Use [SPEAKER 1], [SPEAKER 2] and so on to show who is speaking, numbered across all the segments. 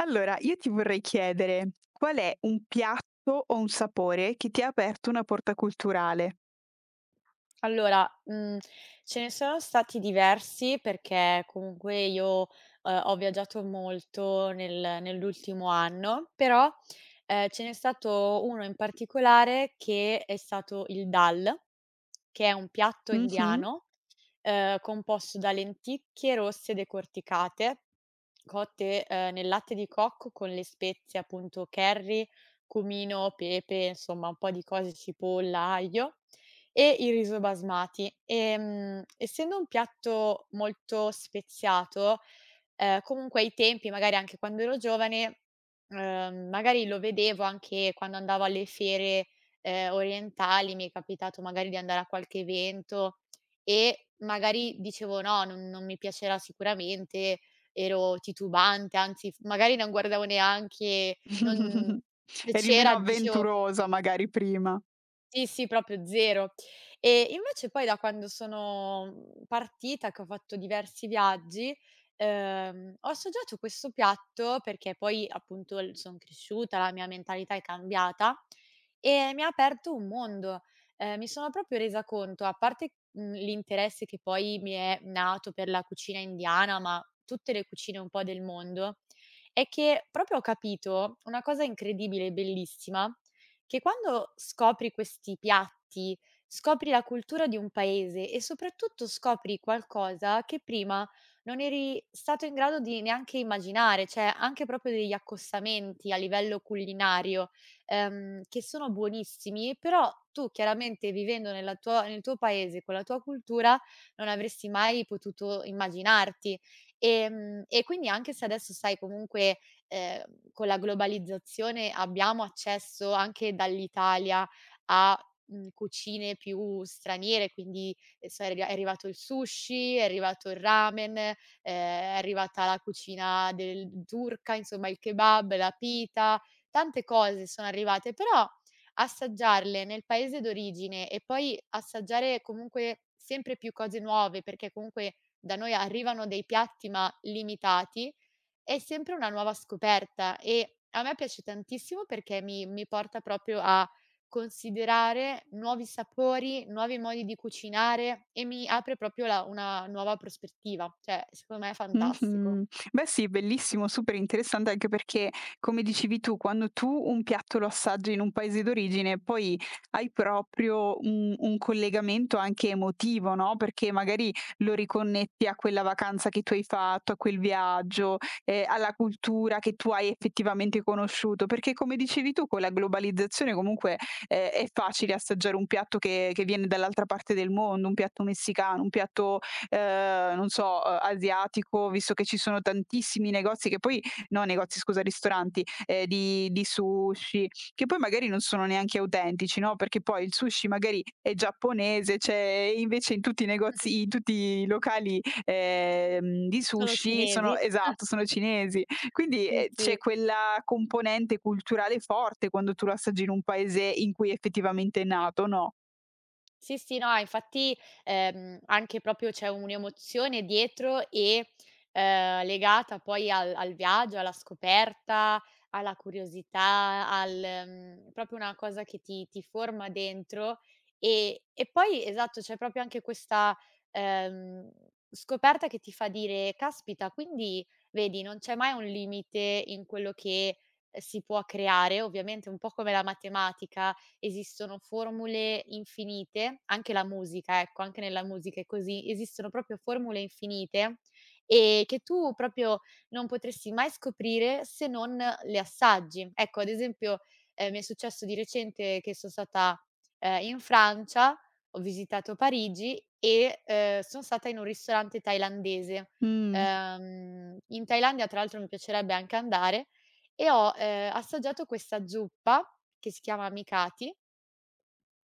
[SPEAKER 1] Allora, io ti vorrei chiedere qual è un piatto o un sapore che ti ha aperto una porta culturale?
[SPEAKER 2] Allora, ce ne sono stati diversi perché comunque io, ho viaggiato molto nell'ultimo anno, però, ce n'è stato uno in particolare che è stato il dal, che è un piatto
[SPEAKER 1] Mh-mh.
[SPEAKER 2] indiano, composto da lenticchie rosse decorticate, cotte, nel latte di cocco con le spezie appunto curry, cumino, pepe, insomma un po' di cose, cipolla, aglio. E il riso basmati. Essendo un piatto molto speziato, comunque ai tempi, magari anche quando ero giovane, magari lo vedevo anche quando andavo alle fiere, orientali, mi è capitato magari di andare a qualche evento e magari dicevo: "No, non mi piacerà sicuramente", ero titubante, anzi f magari non guardavo neanche, non se
[SPEAKER 1] Eri meno
[SPEAKER 2] c'era dicevo
[SPEAKER 1] avventurosa magari prima.
[SPEAKER 2] sì, sì, proprio 0. E invece poi da quando sono, partita, che ho fatto diversi viaggi, ho assaggiato questo piatto perché poi appunto l son cresciuta, la mia mentalità è cambiata e mi ha aperto un mondo. Mi sono proprio resa conto, a parte, l'interesse che poi mi è nato per la cucina indiana, ma tutte le cucine un po' del mondo, è che proprio ho capito una cosa incredibile e bellissima che quando scopri questi piatti, scopri la cultura di un paese e soprattutto scopri qualcosa che prima non eri stato in grado di neanche immaginare, cioè anche proprio degli accostamenti a livello culinario, che sono buonissimi, però tu chiaramente vivendo nel tuo paese, con la tua cultura, non avresti mai potuto immaginarti. E quindi anche se adesso sai comunque ehm, con la globalizzazione abbiamo accesso anche dall'Italia a, cucine più straniere, quindi è arrivato il sushi, è arrivato il ramen, è arrivata la cucina del turca, insomma il kebab, la pita, tante cose sono arrivate, però assaggiarle nel paese d'origine e poi assaggiare comunque sempre più cose nuove, perché comunque da noi arrivano dei piatti ma limitati è sempre una nuova scoperta e a me piace tantissimo perché mi porta proprio a considerare nuovi sapori, nuovi modi di cucinare e mi apre proprio la una nuova prospettiva. Cioè, secondo me è fantastico.
[SPEAKER 1] Mh-mh. Beh sì, bellissimo, super interessante anche perché, come dicevi tu, quando tu un piatto lo assaggi in un paese d'origine, poi hai proprio un collegamento anche emotivo, no, perché magari lo riconnetti a quella vacanza che tu hai fatto, a quel viaggio, alla cultura che tu hai effettivamente conosciuto, perché come dicevi tu con la globalizzazione comunque, è facile assaggiare un piatto che viene dall'altra parte del mondo, un piatto messicano, un piatto, non so, asiatico, visto che ci sono tantissimi negozi che poi no, negozi, scusa, ristoranti, di sushi, che poi magari non sono neanche autentici, no, perché poi il sushi magari è giapponese, cioè, e invece in tutti i negozi, in tutti i locali, di
[SPEAKER 2] Solo
[SPEAKER 1] sushi
[SPEAKER 2] cinesi.
[SPEAKER 1] sono, esatto, sono cinesi. Quindi,
[SPEAKER 2] Sì,
[SPEAKER 1] c'è
[SPEAKER 2] sì.
[SPEAKER 1] quella componente culturale forte quando tu lo assaggi in un paese in cui effettivamente è nato, no?
[SPEAKER 2] Sì, sì, no, infatti, anche proprio c'è un'emozione dietro e, legata poi al viaggio, alla scoperta, alla curiosità, al proprio una cosa che ti forma dentro. E poi esatto, c'è proprio anche questa, ehm, scoperta che ti fa dire: "Caspita, quindi vedi non c'è mai un limite in quello che si può creare." Ovviamente un po' come la matematica esistono formule infinite, anche la musica, ecco, anche nella musica è così, esistono proprio formule infinite, che tu proprio non potresti mai scoprire se non le assaggi. Ecco, ad esempio, mi è successo di recente che son stata, in Francia, ho visitato Parigi e, son stata in un ristorante thailandese.
[SPEAKER 1] Mh.
[SPEAKER 2] In Thailandia tra l'altro mi piacerebbe anche andare e ho, assaggiato questa zuppa che si chiama Amicati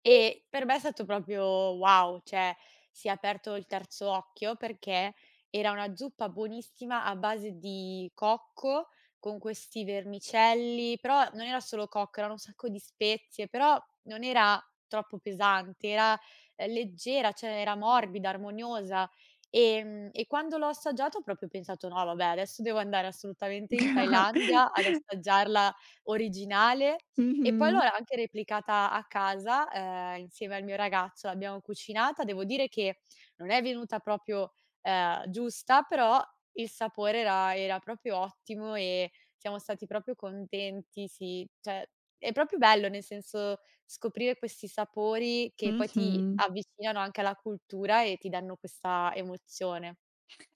[SPEAKER 2] e per me è stato proprio wow, cioè si è aperto il terzo occhio perché era una zuppa buonissima a base di cocco con questi vermicelli, però non era solo cocco, erano un sacco di spezie, però non era troppo pesante, era, leggera, cioè era morbida, armoniosa. E quando l'ho assaggiato ho proprio pensato: "No vabbè, adesso devo andare assolutamente in Thailandia ad assaggiarla originale". E poi l'ho
[SPEAKER 1] Mh-mh.
[SPEAKER 2] anche replicata a casa, insieme al mio ragazzo, l'abbiamo cucinata. Devo dire che non è venuta proprio, giusta, però il sapore era proprio ottimo e siamo stati proprio contenti, sì. Cioè, è proprio bello, nel senso, scoprire questi sapori che poi ti
[SPEAKER 1] Mh-mh.
[SPEAKER 2] avvicinano anche alla cultura e ti danno questa emozione.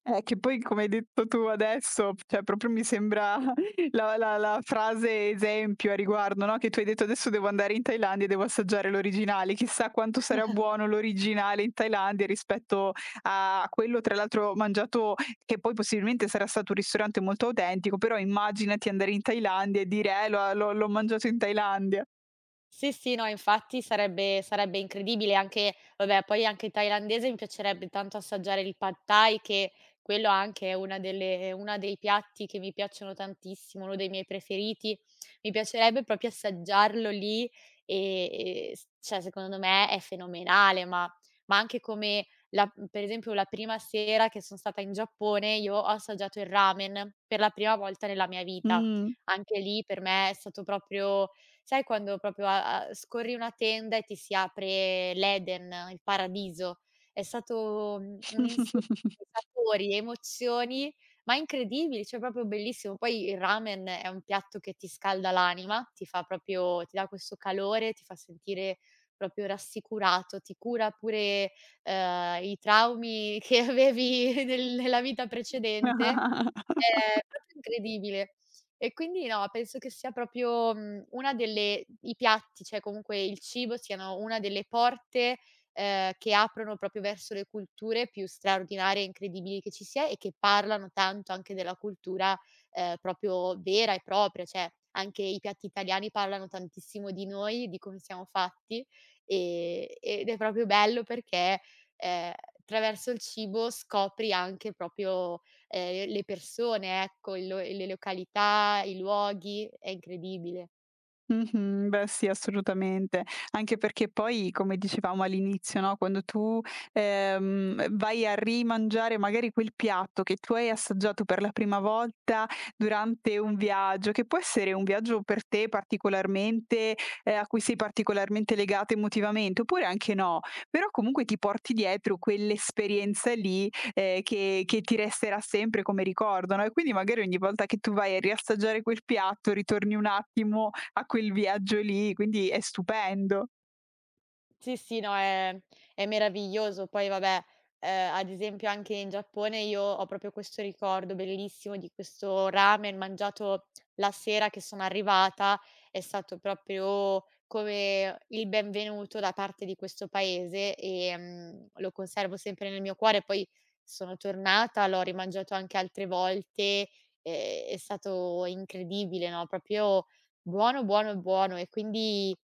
[SPEAKER 1] Che poi come hai detto tu adesso, cioè proprio mi sembra la frase esempio a riguardo, no, che tu hai detto: "Adesso devo andare in Thailandia e devo assaggiare l'originale." Chissà quanto sarà buono l'originale in Thailandia rispetto a quello tra l'altro mangiato che poi possibilmente sarà stato un ristorante molto autentico, però immaginati andare in Thailandia e dire: l'ho mangiato in Thailandia."
[SPEAKER 2] Sì, sì, no, infatti sarebbe incredibile anche vabbè, poi anche thailandese mi piacerebbe tanto assaggiare il pad thai, che quello anche è una dei piatti che mi piacciono tantissimo, uno dei miei preferiti. Mi piacerebbe proprio assaggiarlo lì, e s cioè secondo me è fenomenale, ma anche come la per esempio la prima sera che son stata in Giappone, io ho assaggiato il ramen per la prima volta nella mia vita.
[SPEAKER 1] Mh.
[SPEAKER 2] Anche lì per me è stato proprio sai quando proprio a scorri una tenda e ti si apre l'Eden, il paradiso. È stato, un insieme di sapori, emozioni, ma incredibili, cioè proprio bellissimo. Poi il ramen è un piatto che ti scalda l'anima, ti fa proprio ti dà questo calore, ti fa sentire proprio rassicurato, ti cura pure, i traumi che avevi nella vita precedente. È proprio incredibile. E quindi no, penso che sia proprio, una delle i piatti, cioè comunque il cibo siano una delle porte, che aprono proprio verso le culture più straordinarie e incredibili che ci sia e che parlano tanto anche della cultura, proprio vera e propria, cioè anche i piatti italiani parlano tantissimo di noi, di come siamo fatti, ed è proprio bello perché, ehm, attraverso il cibo scopri anche proprio le persone, ecco, il lo le località, i luoghi, è incredibile.
[SPEAKER 1] Mh-mh. Beh sì, assolutamente. Anche perché poi, come dicevamo all'inizio, no, quando tu, vai a rimangiare magari quel piatto che tu hai assaggiato per la prima volta durante un viaggio, che può essere un viaggio per te particolarmente, a cui sei particolarmente legata emotivamente, oppure anche no, però comunque ti porti dietro quell'esperienza lì, ehm, che che ti resterà sempre come ricordo, no, e quindi magari ogni volta che tu vai a riassaggiare quel piatto ritorni un attimo a quel viaggio lì, quindi è stupendo.
[SPEAKER 2] Sì, sì, no, è meraviglioso. Poi vabbè, ad esempio anche in Giappone io ho proprio questo ricordo bellissimo di questo ramen mangiato la sera che sono arrivata. È stato proprio come il benvenuto da parte di questo paese e, lo conservo sempre nel mio cuore. Poi sono tornata, l'ho rimangiato anche altre volte, è stato incredibile, no, proprio buono, buono, buono e quindi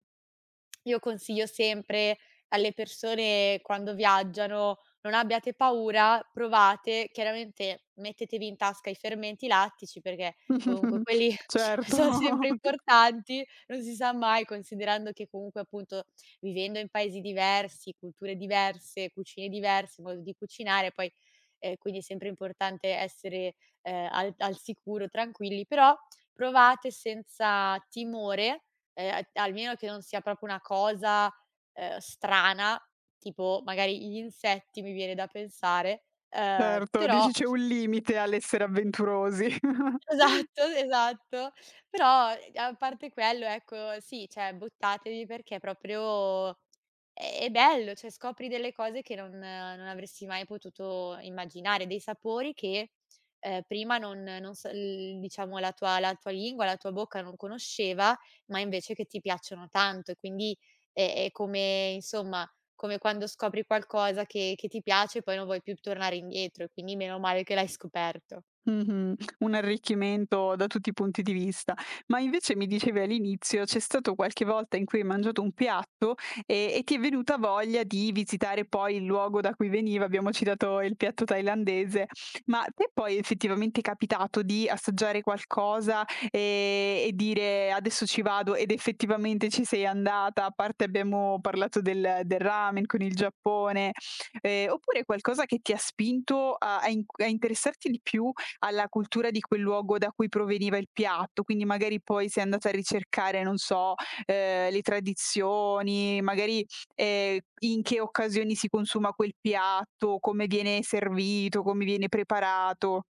[SPEAKER 2] io consiglio sempre alle persone quando viaggiano: non abbiate paura, provate. Chiaramente mettetevi in tasca i fermenti lattici perché comunque quelli
[SPEAKER 1] Certo,
[SPEAKER 2] sono sempre importanti, non si sa mai, considerando che comunque appunto vivendo in paesi diversi, culture diverse, cucine diverse, modo di cucinare, poi quindi è sempre importante essere, al sicuro, tranquilli, però provate senza timore. A almeno che non sia proprio una cosa, strana, tipo magari gli insetti mi viene da pensare,
[SPEAKER 1] certo,
[SPEAKER 2] però
[SPEAKER 1] dici c'è un limite all'essere avventurosi.
[SPEAKER 2] esatto, esatto, però a parte quello ecco sì, cioè buttatevi perché proprio è bello, cioè scopri delle cose che non avresti mai potuto immaginare, dei sapori che, prima non non s l diciamo la tua lingua, la tua bocca non conosceva, ma invece che ti piacciono tanto e quindi è come insomma, come quando scopri qualcosa che ti piace e poi non vuoi più tornare indietro e quindi meno male che l'hai scoperto.
[SPEAKER 1] Mh-mh. Un arricchimento da tutti i punti di vista. Ma invece mi dicevi all'inizio, c'è stato qualche volta in cui hai mangiato un piatto e ti è venuta voglia di visitare poi il luogo da cui veniva, abbiamo citato il piatto thailandese, ma ti è poi effettivamente capitato di assaggiare qualcosa, e dire: "Adesso ci vado" ed effettivamente ci sei andata, a parte abbiamo parlato del ramen con il Giappone, oppure qualcosa che ti ha spinto a interessarti di più alla cultura di quel luogo da cui proveniva il piatto, quindi magari poi sei andata a ricercare, non so, le tradizioni, magari, in che occasioni si consuma quel piatto, come viene servito, come viene preparato.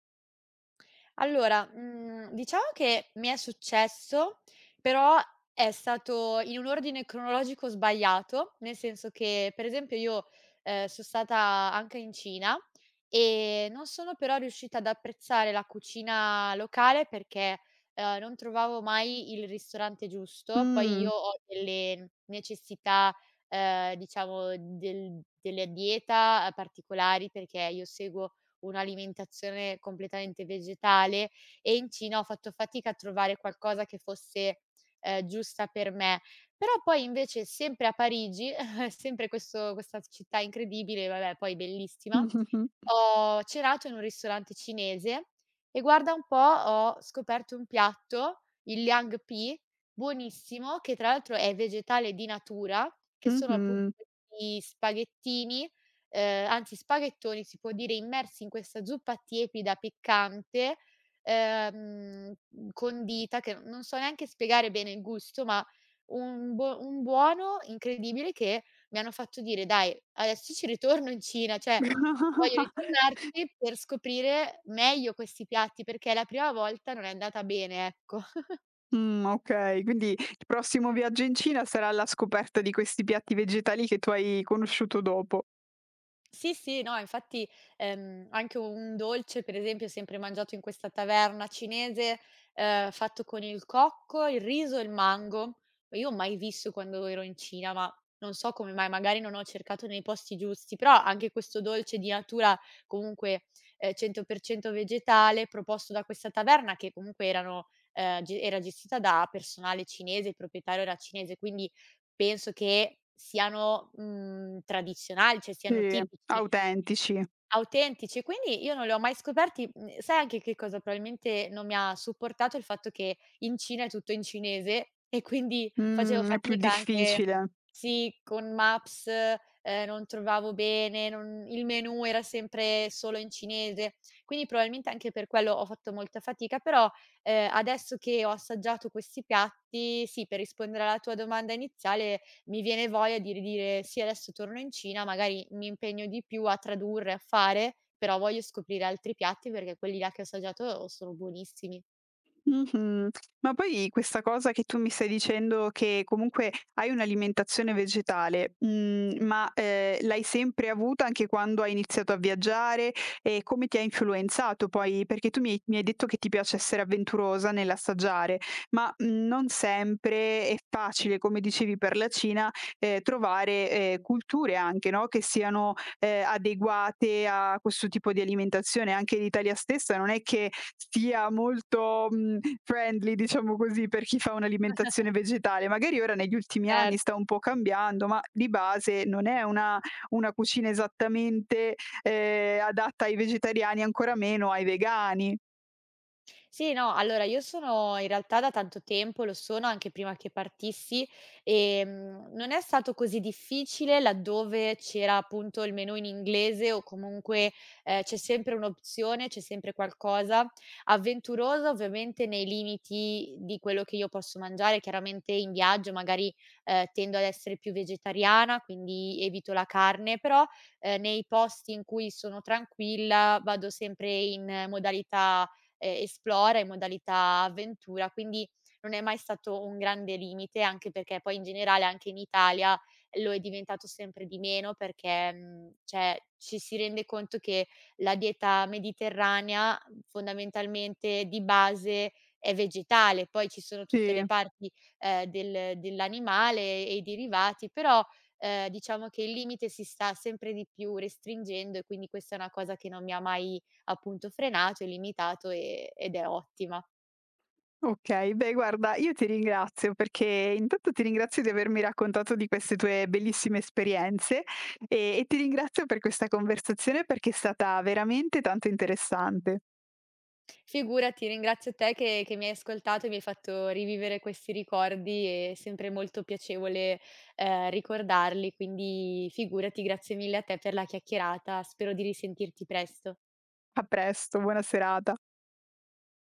[SPEAKER 2] Allora, diciamo che mi è successo, però è stato in un ordine cronologico sbagliato, nel senso che, per esempio, io, so' stata anche in Cina e non sono però riuscita ad apprezzare la cucina locale perché, non trovavo mai il ristorante giusto. Poi
[SPEAKER 1] Mh.
[SPEAKER 2] io ho delle necessità, diciamo del delle dieta particolari perché io seguo un'alimentazione completamente vegetale e in Cina ho fatto fatica a trovare qualcosa che fosse, giusta per me. Però poi invece sempre a Parigi, sempre questo questa città incredibile, vabbè poi bellissima,
[SPEAKER 1] Mh-mh-mh.
[SPEAKER 2] ho cenato in un ristorante cinese e guarda un po' ho scoperto un piatto, il Liang Pi, buonissimo, che tra l'altro è vegetale di natura, che sono
[SPEAKER 1] Mh-mh.
[SPEAKER 2] appunto questi spaghettini, anzi spaghettoni si può dire, immersi in questa zuppa tiepida, piccante, ehm, condita, che non so neanche spiegare bene il gusto, ma un buono incredibile che mi hanno fatto dire: "Dai, adesso ci ritorno in Cina." Cioè voglio
[SPEAKER 1] Mh,
[SPEAKER 2] ritornarci per scoprire meglio questi piatti, perché la prima volta non è andata bene, ecco.
[SPEAKER 1] okay, quindi il prossimo viaggio in Cina sarà alla scoperta di questi piatti vegetali che tu hai conosciuto dopo.
[SPEAKER 2] Sì, sì, no, infatti, anche un dolce, per esempio, sempre mangiato in questa taverna cinese, fatto con il cocco, il riso e il mango. Io ho mai visto quando ero in Cina, ma non so come mai, magari non ho cercato nei posti giusti, però anche questo dolce di natura comunque, 100% vegetale, proposto da questa taverna che comunque erano ge era gestita da personale cinese, il proprietario era cinese, quindi penso che siano, tradizionali, cioè siano
[SPEAKER 1] Sì,
[SPEAKER 2] tipici.
[SPEAKER 1] autentici.
[SPEAKER 2] Autentici, quindi io non li ho mai scoperti. Mhmm, sai anche che cosa probabilmente non mi ha supportato? Il fatto che in Cina è tutto in cinese e quindi facevo
[SPEAKER 1] È più
[SPEAKER 2] fatica anche
[SPEAKER 1] difficile.
[SPEAKER 2] sì, con Maps, non trovavo bene, non il menù era sempre solo in cinese, quindi probabilmente anche per quello ho fatto molta fatica, però, adesso che ho assaggiato questi piatti, sì, per rispondere alla tua domanda iniziale mi viene voglia di ridire: "Sì, adesso torno in Cina, magari mi impegno di più a tradurre, a fare, però voglio scoprire altri piatti perché quelli là che ho assaggiato sono buonissimi".
[SPEAKER 1] Mh-mh. Ma poi questa cosa che tu mi stai dicendo che comunque hai un'alimentazione vegetale, ma, l'hai sempre avuta anche quando hai iniziato a viaggiare? E come ti ha influenzato poi? Perché tu mi hai detto che ti piace essere avventurosa nell'assaggiare, ma, non sempre è facile, come dicevi per la Cina, trovare, culture anche, no, che siano, adeguate a questo tipo di alimentazione. Anche l'Italia stessa non è che sia molto, friendly diciamo così, per chi fa un'alimentazione vegetale. Magari ora negli ultimi anni
[SPEAKER 2] Certo.
[SPEAKER 1] sta un po' cambiando, ma di base non è una cucina esattamente, adatta ai vegetariani, ancora meno ai vegani.
[SPEAKER 2] Sì, no, allora io sono in realtà da tanto tempo, lo sono anche prima che partissi, non è stato così difficile laddove c'era appunto il menu in inglese o comunque c'è sempre un'opzione, c'è sempre qualcosa. Avventurosa ovviamente nei limiti di quello che io posso mangiare, chiaramente in viaggio magari tendo ad essere più vegetariana, quindi evito la carne, però nei posti in cui sono tranquilla vado sempre in modalità esplora in modalità avventura, quindi non è mai stato un grande limite, anche perché poi in generale anche in Italia lo è diventato sempre di meno perché, cioè ci si rende conto che la dieta mediterranea fondamentalmente di base è vegetale, poi ci sono tutte
[SPEAKER 1] Sì.
[SPEAKER 2] le parti, dell'animale e i derivati, però, diciamo che il limite si sta sempre di più restringendo e quindi questa è una cosa che non mi ha mai appunto frenato e limitato, ed è ottima.
[SPEAKER 1] Okay, beh guarda, io ti ringrazio perché intanto ti ringrazio di avermi raccontato di queste tue bellissime esperienze e ti ringrazio per questa conversazione perché è stata veramente tanto interessante.
[SPEAKER 2] Figurati, ringrazio te che mi hai ascoltato e mi hai fatto rivivere questi ricordi, è sempre molto piacevole, ricordarli, quindi figurati, grazie mille a te per la chiacchierata, spero di risentirti presto.
[SPEAKER 1] A presto, buona serata.